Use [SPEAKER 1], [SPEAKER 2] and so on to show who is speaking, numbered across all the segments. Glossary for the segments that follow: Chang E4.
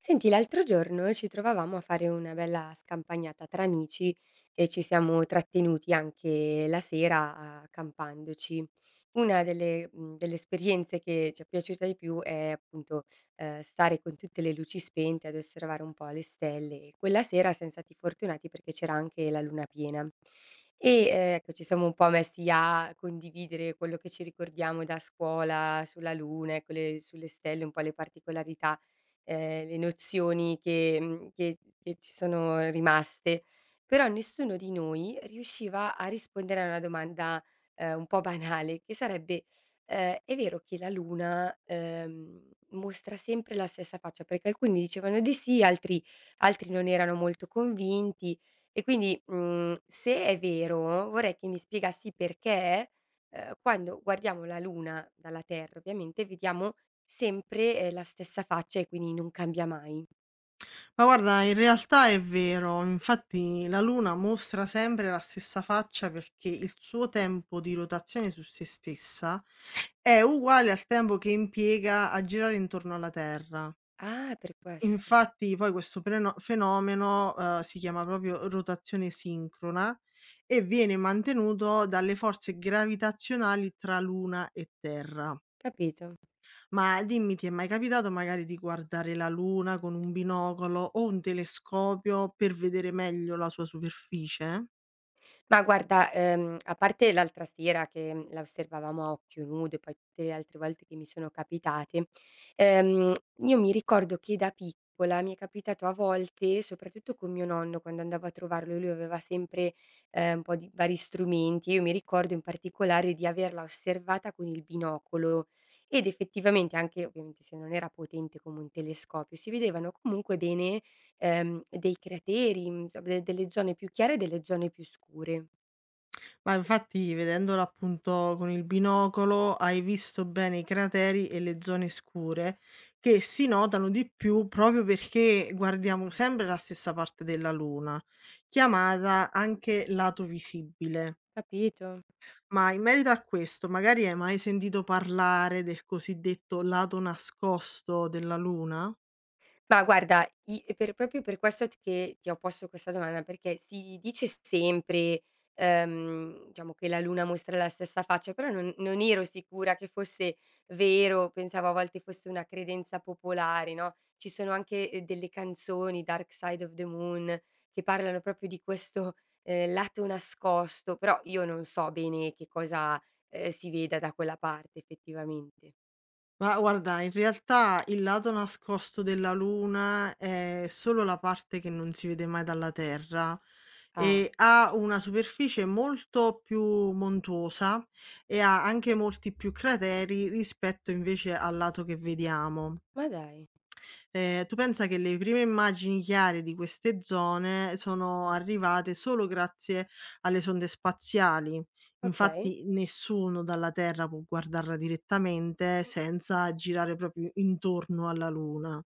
[SPEAKER 1] Senti, l'altro giorno ci trovavamo a fare una bella scampagnata tra amici e ci siamo trattenuti anche la sera accampandoci. Una delle esperienze che ci è piaciuta di più è appunto stare con tutte le luci spente ad osservare un po' le stelle. E quella sera siamo stati fortunati perché c'era anche la luna piena. E, ecco, ci siamo un po' messi a condividere quello che ci ricordiamo da scuola sulla luna, ecco, sulle stelle, un po' le particolarità, le nozioni che mhmm, che ci sono rimaste, però nessuno di noi riusciva a rispondere a una domanda, un po' banale che sarebbe: È vero che la luna, mostra sempre la stessa faccia? Perché alcuni dicevano di sì, altri non erano molto convinti e quindi, se è vero vorrei che mi spiegassi perché, quando guardiamo la luna dalla Terra ovviamente vediamo sempre, la stessa faccia e quindi non cambia mai.
[SPEAKER 2] Ma guarda, in realtà è vero, infatti la Luna mostra sempre la stessa faccia perché il suo tempo di rotazione su se stessa è uguale al tempo che impiega a girare intorno alla Terra.
[SPEAKER 1] Ah, per questo.
[SPEAKER 2] Infatti poi questo fenomeno si chiama proprio rotazione sincrona e viene mantenuto dalle forze gravitazionali tra Luna e Terra.
[SPEAKER 1] Capito.
[SPEAKER 2] Ma dimmi, ti è mai capitato magari di guardare la Luna con un binocolo o un telescopio per vedere meglio la sua superficie?
[SPEAKER 1] Ma guarda, a parte l'altra sera che, la osservavamo a occhio nudo e poi tutte le altre volte che mi sono capitate, ehm, io mi ricordo che da piccola mi è capitato a volte, soprattutto con mio nonno, quando andavo a trovarlo, lui aveva sempre, un po' di vari strumenti, io mi ricordo in particolare di averla osservata con il binocolo ed effettivamente anche, ovviamente se non era potente come un telescopio, si vedevano comunque bene, dei crateri, insomma de delle zone più chiare e delle zone più scure,
[SPEAKER 2] Ma infatti, vedendola appunto con il binocolo, hai visto bene i crateri e le zone scure che si notano di più proprio perché guardiamo sempre la stessa parte della Luna, chiamata anche lato visibile.
[SPEAKER 1] capito?
[SPEAKER 2] Ma in merito a questo, magari hai mai sentito parlare del cosiddetto lato nascosto della Luna?
[SPEAKER 1] Ma guarda, i per proprio per questo t che ti ho posto questa domanda, perché si dice sempre, diciamo che la luna mostra la stessa faccia, però non ero sicura che fosse vero, pensavo a volte fosse una credenza popolare, no, ci sono anche, delle canzoni, Dark Side of the Moon, che parlano proprio di questo, lato nascosto, però io non so bene che cosa, si veda da quella parte effettivamente.
[SPEAKER 2] Ma guarda, in realtà il lato nascosto della luna è solo la parte che non si vede mai dalla Terra
[SPEAKER 1] Ah,
[SPEAKER 2] e ha una superficie molto più montuosa e ha anche molti più crateri rispetto invece al lato che vediamo.
[SPEAKER 1] ma dai,
[SPEAKER 2] Tu pensa che le prime immagini chiare di queste zone sono arrivate solo grazie alle sonde spaziali.
[SPEAKER 1] okay,
[SPEAKER 2] Infatti nessuno dalla Terra può guardarla direttamente senza girare proprio intorno alla Luna.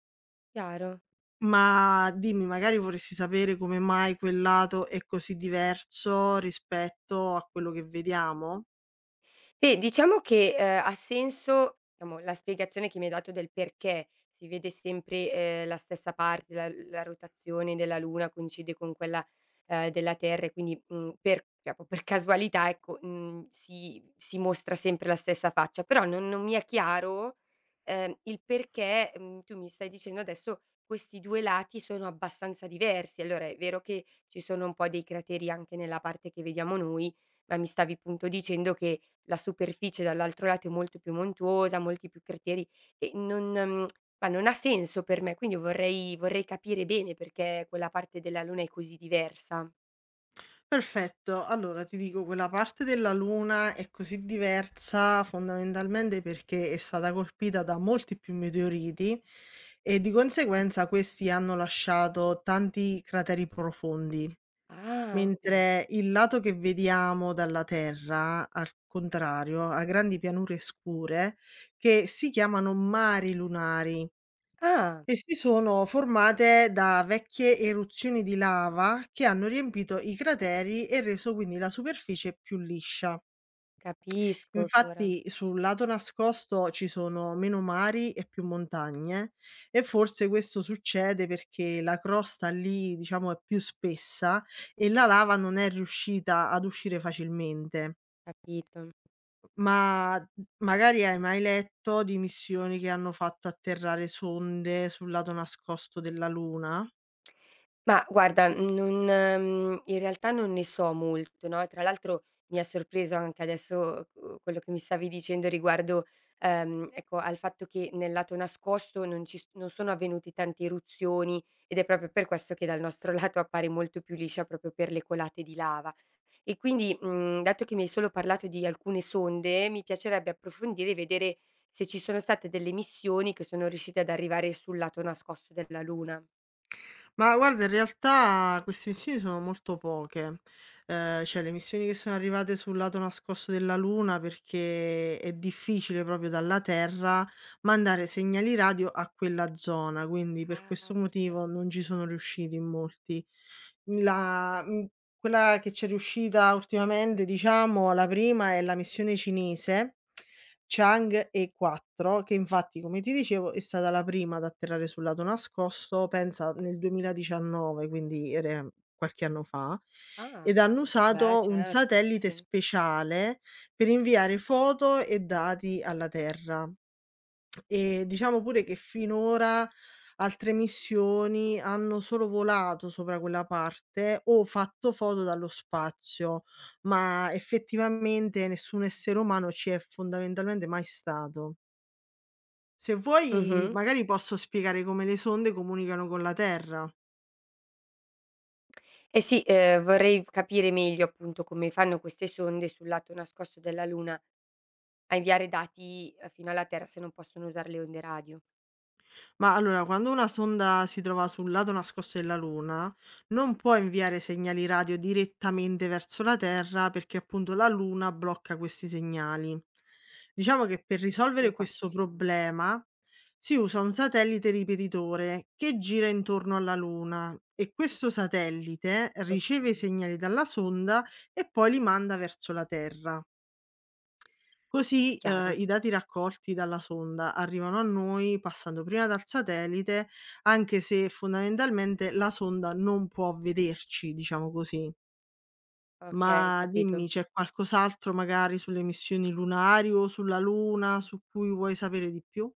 [SPEAKER 1] chiaro.
[SPEAKER 2] Ma dimmi, magari vorresti sapere come mai quel lato è così diverso rispetto a quello che vediamo?
[SPEAKER 1] Beh, diciamo che, ha senso, diciamo, la spiegazione che mi hai dato del perché si vede sempre, la stessa parte, la rotazione della Luna coincide con quella, della Terra e quindi, per diciamo per casualità, ecco, mhmm, si si mostra sempre la stessa faccia, però non mi è chiaro, il perché, tu mi stai dicendo adesso questi due lati sono abbastanza diversi. Allora è vero che ci sono un po' dei crateri anche nella parte che vediamo noi, ma mi stavi appunto dicendo che la superficie dall'altro lato è molto più montuosa, molti più crateri e non mhmm, ma non ha senso per me, quindi vorrei capire bene perché quella parte della Luna è così diversa.
[SPEAKER 2] Perfetto. Allora ti dico, quella parte della luna è così diversa fondamentalmente perché è stata colpita da molti più meteoriti e di conseguenza questi hanno lasciato tanti crateri profondi,
[SPEAKER 1] Ah, okay.
[SPEAKER 2] mentre il lato che vediamo dalla Terra, al contrario, ha grandi pianure scure che si chiamano mari lunari.
[SPEAKER 1] Ah,
[SPEAKER 2] E si sono formate da vecchie eruzioni di lava che hanno riempito i crateri e reso quindi la superficie più liscia.
[SPEAKER 1] capisco ora,
[SPEAKER 2] Infatti sul lato nascosto ci sono meno mari e più montagne e forse questo succede perché la crosta lì diciamo è più spessa e la lava non è riuscita ad uscire facilmente.
[SPEAKER 1] capito.
[SPEAKER 2] Ma magari hai mai letto di missioni che hanno fatto atterrare sonde sul lato nascosto della Luna?
[SPEAKER 1] Ma guarda, non mhmm, in realtà non ne so molto, no, tra l'altro mi ha sorpreso anche adesso, quello che mi stavi dicendo riguardo, ecco, al fatto che nel lato nascosto non ci s non sono avvenuti tante eruzioni ed è proprio per questo che dal nostro lato appare molto più liscia proprio per le colate di lava. E quindi, dato che mi hai solo parlato di alcune sonde, mi piacerebbe approfondire e vedere se ci sono state delle missioni che sono riuscite ad arrivare sul lato nascosto della Luna.
[SPEAKER 2] Ma guarda, in realtà queste missioni sono molto poche. Cioè le missioni che sono arrivate sul lato nascosto della Luna, perché è difficile proprio dalla Terra mandare segnali radio a quella zona, quindi per
[SPEAKER 1] Ah,
[SPEAKER 2] questo
[SPEAKER 1] per
[SPEAKER 2] motivo
[SPEAKER 1] questo.
[SPEAKER 2] non ci sono riusciti in molti. La mhmm, Quella che c'è riuscita ultimamente, diciamo, la prima è la missione cinese Chang E4, che infatti, come ti dicevo, è stata la prima ad atterrare sul lato nascosto, pensa nel 2019, quindi era qualche anno fa, ed
[SPEAKER 1] Ah,
[SPEAKER 2] hanno
[SPEAKER 1] beh
[SPEAKER 2] usato un
[SPEAKER 1] certo, sì,
[SPEAKER 2] satellite
[SPEAKER 1] sì.
[SPEAKER 2] speciale per inviare foto e dati alla Terra. E diciamo pure che finora altre missioni hanno solo volato sopra quella parte o fatto foto dallo spazio, ma effettivamente nessun essere umano ci è fondamentalmente mai stato. Se vuoi
[SPEAKER 1] Mh-mh.
[SPEAKER 2] magari posso spiegare come le sonde comunicano con la Terra.
[SPEAKER 1] Eh sì, vorrei capire meglio appunto come fanno queste sonde sul lato nascosto della Luna a inviare dati, fino alla Terra se non possono usare le onde radio.
[SPEAKER 2] Ma allora, quando una sonda si trova sul lato nascosto della Luna, non può inviare segnali radio direttamente verso la Terra perché appunto la Luna blocca questi segnali. Diciamo che per
[SPEAKER 1] Fin
[SPEAKER 2] risolvere
[SPEAKER 1] qua ci
[SPEAKER 2] questo
[SPEAKER 1] siamo.
[SPEAKER 2] problema si usa un satellite ripetitore che gira intorno alla Luna e questo satellite riceve i
[SPEAKER 1] Okay,
[SPEAKER 2] segnali dalla sonda e poi li manda verso la Terra. Così,
[SPEAKER 1] chiaro.
[SPEAKER 2] i dati raccolti dalla sonda arrivano a noi passando prima dal satellite, anche se fondamentalmente la sonda non può vederci, diciamo così.
[SPEAKER 1] Okay,
[SPEAKER 2] Ma
[SPEAKER 1] capito.
[SPEAKER 2] dimmi, c'è qualcos'altro magari sulle missioni lunari o sulla Luna su cui vuoi sapere di più?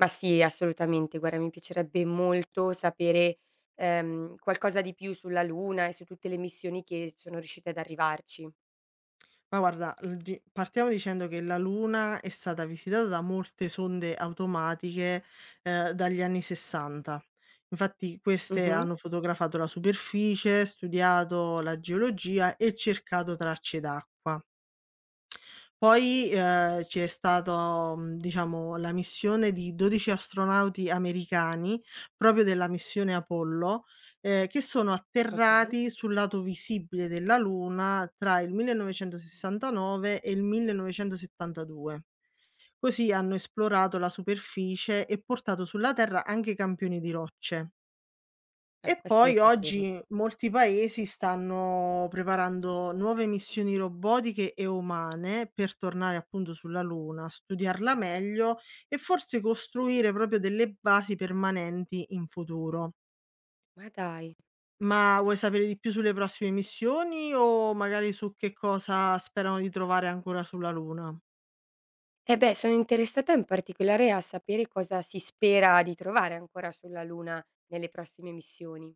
[SPEAKER 1] Ma sì, assolutamente. Guarda, mi piacerebbe molto sapere, qualcosa di più sulla Luna e su tutte le missioni che sono riuscite ad arrivarci.
[SPEAKER 2] Ma guarda, l di partiamo dicendo che la Luna è stata visitata da molte sonde automatiche, dagli anni '60. Infatti queste
[SPEAKER 1] Mh-mh.
[SPEAKER 2] hanno fotografato la superficie, studiato la geologia e cercato tracce d'acqua. Poi, c'è stato, diciamo la missione di 12 astronauti americani, proprio della missione Apollo, che sono
[SPEAKER 1] Okay.
[SPEAKER 2] atterrati sul lato visibile della Luna tra il 1969 e il 1972. Così hanno esplorato la superficie e portato sulla Terra anche campioni di rocce.
[SPEAKER 1] Ah,
[SPEAKER 2] E
[SPEAKER 1] questo lo
[SPEAKER 2] poi
[SPEAKER 1] sapevo.
[SPEAKER 2] oggi molti paesi stanno preparando nuove missioni robotiche e umane per tornare appunto sulla Luna, studiarla meglio e forse costruire proprio delle basi permanenti in futuro.
[SPEAKER 1] Ma dai.
[SPEAKER 2] Ma vuoi sapere di più sulle prossime missioni o magari su che cosa sperano di trovare ancora sulla Luna?
[SPEAKER 1] Eh beh, sono interessata in particolare a sapere cosa si spera di trovare ancora sulla Luna nelle prossime missioni.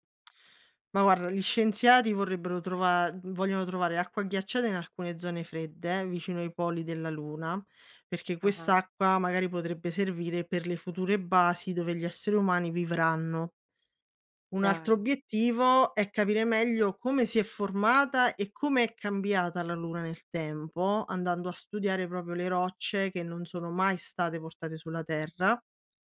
[SPEAKER 2] Ma guarda, gli scienziati vorrebbero trova vogliono trovare acqua ghiacciata in alcune zone fredde, vicino ai poli della Luna, perché
[SPEAKER 1] Ah-ah,
[SPEAKER 2] quest'acqua magari potrebbe servire per le future basi dove gli esseri umani vivranno. Un altro
[SPEAKER 1] chiaro.
[SPEAKER 2] obiettivo è capire meglio come si è formata e come è cambiata la Luna nel tempo, andando a studiare proprio le rocce che non sono mai state portate sulla Terra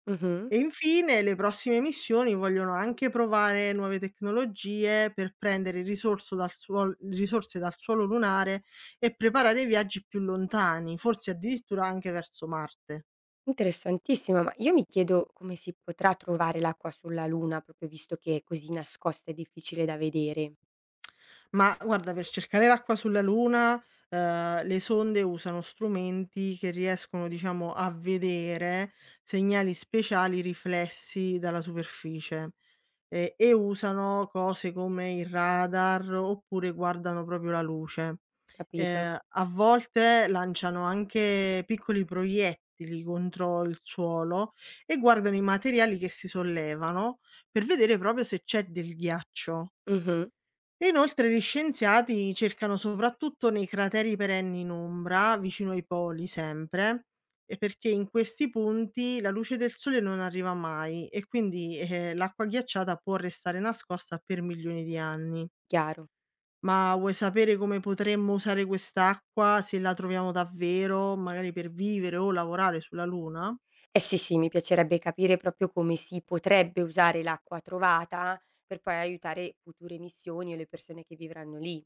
[SPEAKER 1] Mh-mh.
[SPEAKER 2] e infine le prossime missioni vogliono anche provare nuove tecnologie per prendere risorse dal suolo lunare e preparare viaggi più lontani, forse addirittura anche verso Marte.
[SPEAKER 1] Interessantissimo, ma io mi chiedo come si potrà trovare l'acqua sulla Luna, proprio visto che è così nascosta e difficile da vedere,
[SPEAKER 2] Ma guarda, per cercare l'acqua sulla Luna, le sonde usano strumenti che riescono, diciamo, a vedere segnali speciali riflessi dalla superficie, e usano cose come il radar oppure guardano proprio la luce.
[SPEAKER 1] capito?
[SPEAKER 2] A volte lanciano anche piccoli proiettili contro il suolo e guardano i materiali che si sollevano per vedere proprio se c'è del ghiaccio.
[SPEAKER 1] Mh-mh,
[SPEAKER 2] E inoltre gli scienziati cercano soprattutto nei crateri perenni in ombra, vicino ai poli sempre, e perché in questi punti la luce del sole non arriva mai e quindi l'acqua ghiacciata può restare nascosta per milioni di anni.
[SPEAKER 1] chiaro.
[SPEAKER 2] Ma vuoi sapere come potremmo usare quest'acqua se la troviamo davvero, magari per vivere o lavorare sulla Luna?
[SPEAKER 1] Eh sì, sì, mi piacerebbe capire proprio come si potrebbe usare l'acqua trovata per poi aiutare future missioni o le persone che vivranno lì.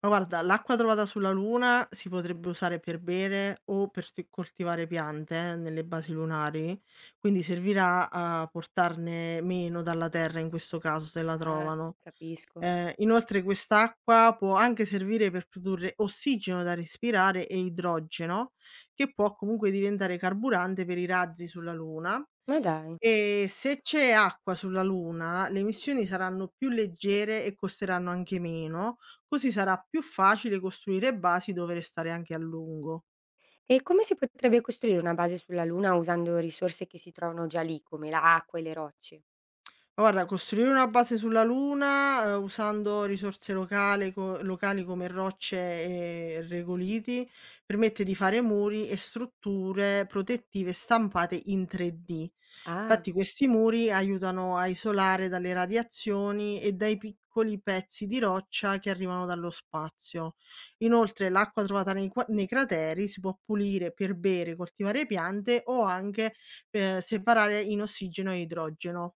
[SPEAKER 2] Ma guarda, l'acqua trovata sulla Luna si potrebbe usare per bere o per coltivare piante nelle basi lunari, quindi servirà a portarne meno dalla Terra in questo caso se la
[SPEAKER 1] Ah,
[SPEAKER 2] trovano.
[SPEAKER 1] capisco.
[SPEAKER 2] Inoltre quest'acqua può anche servire per produrre ossigeno da respirare e idrogeno, che può comunque diventare carburante per i razzi sulla Luna.
[SPEAKER 1] Ma dai.
[SPEAKER 2] E se c'è acqua sulla Luna, le missioni saranno più leggere e costeranno anche meno, così sarà più facile costruire basi dove restare anche a lungo.
[SPEAKER 1] E come si potrebbe costruire una base sulla Luna usando risorse che si trovano già lì, come l'acqua e le rocce?
[SPEAKER 2] Guarda, costruire una base sulla Luna, usando risorse locale co locali come rocce e regoliti, permette di fare muri e strutture protettive stampate in 3D.
[SPEAKER 1] Ah.
[SPEAKER 2] Infatti questi muri aiutano a isolare dalle radiazioni e dai piccoli pezzi di roccia che arrivano dallo spazio. Inoltre l'acqua trovata nei crateri si può pulire per bere, coltivare piante o anche, separare in ossigeno e idrogeno.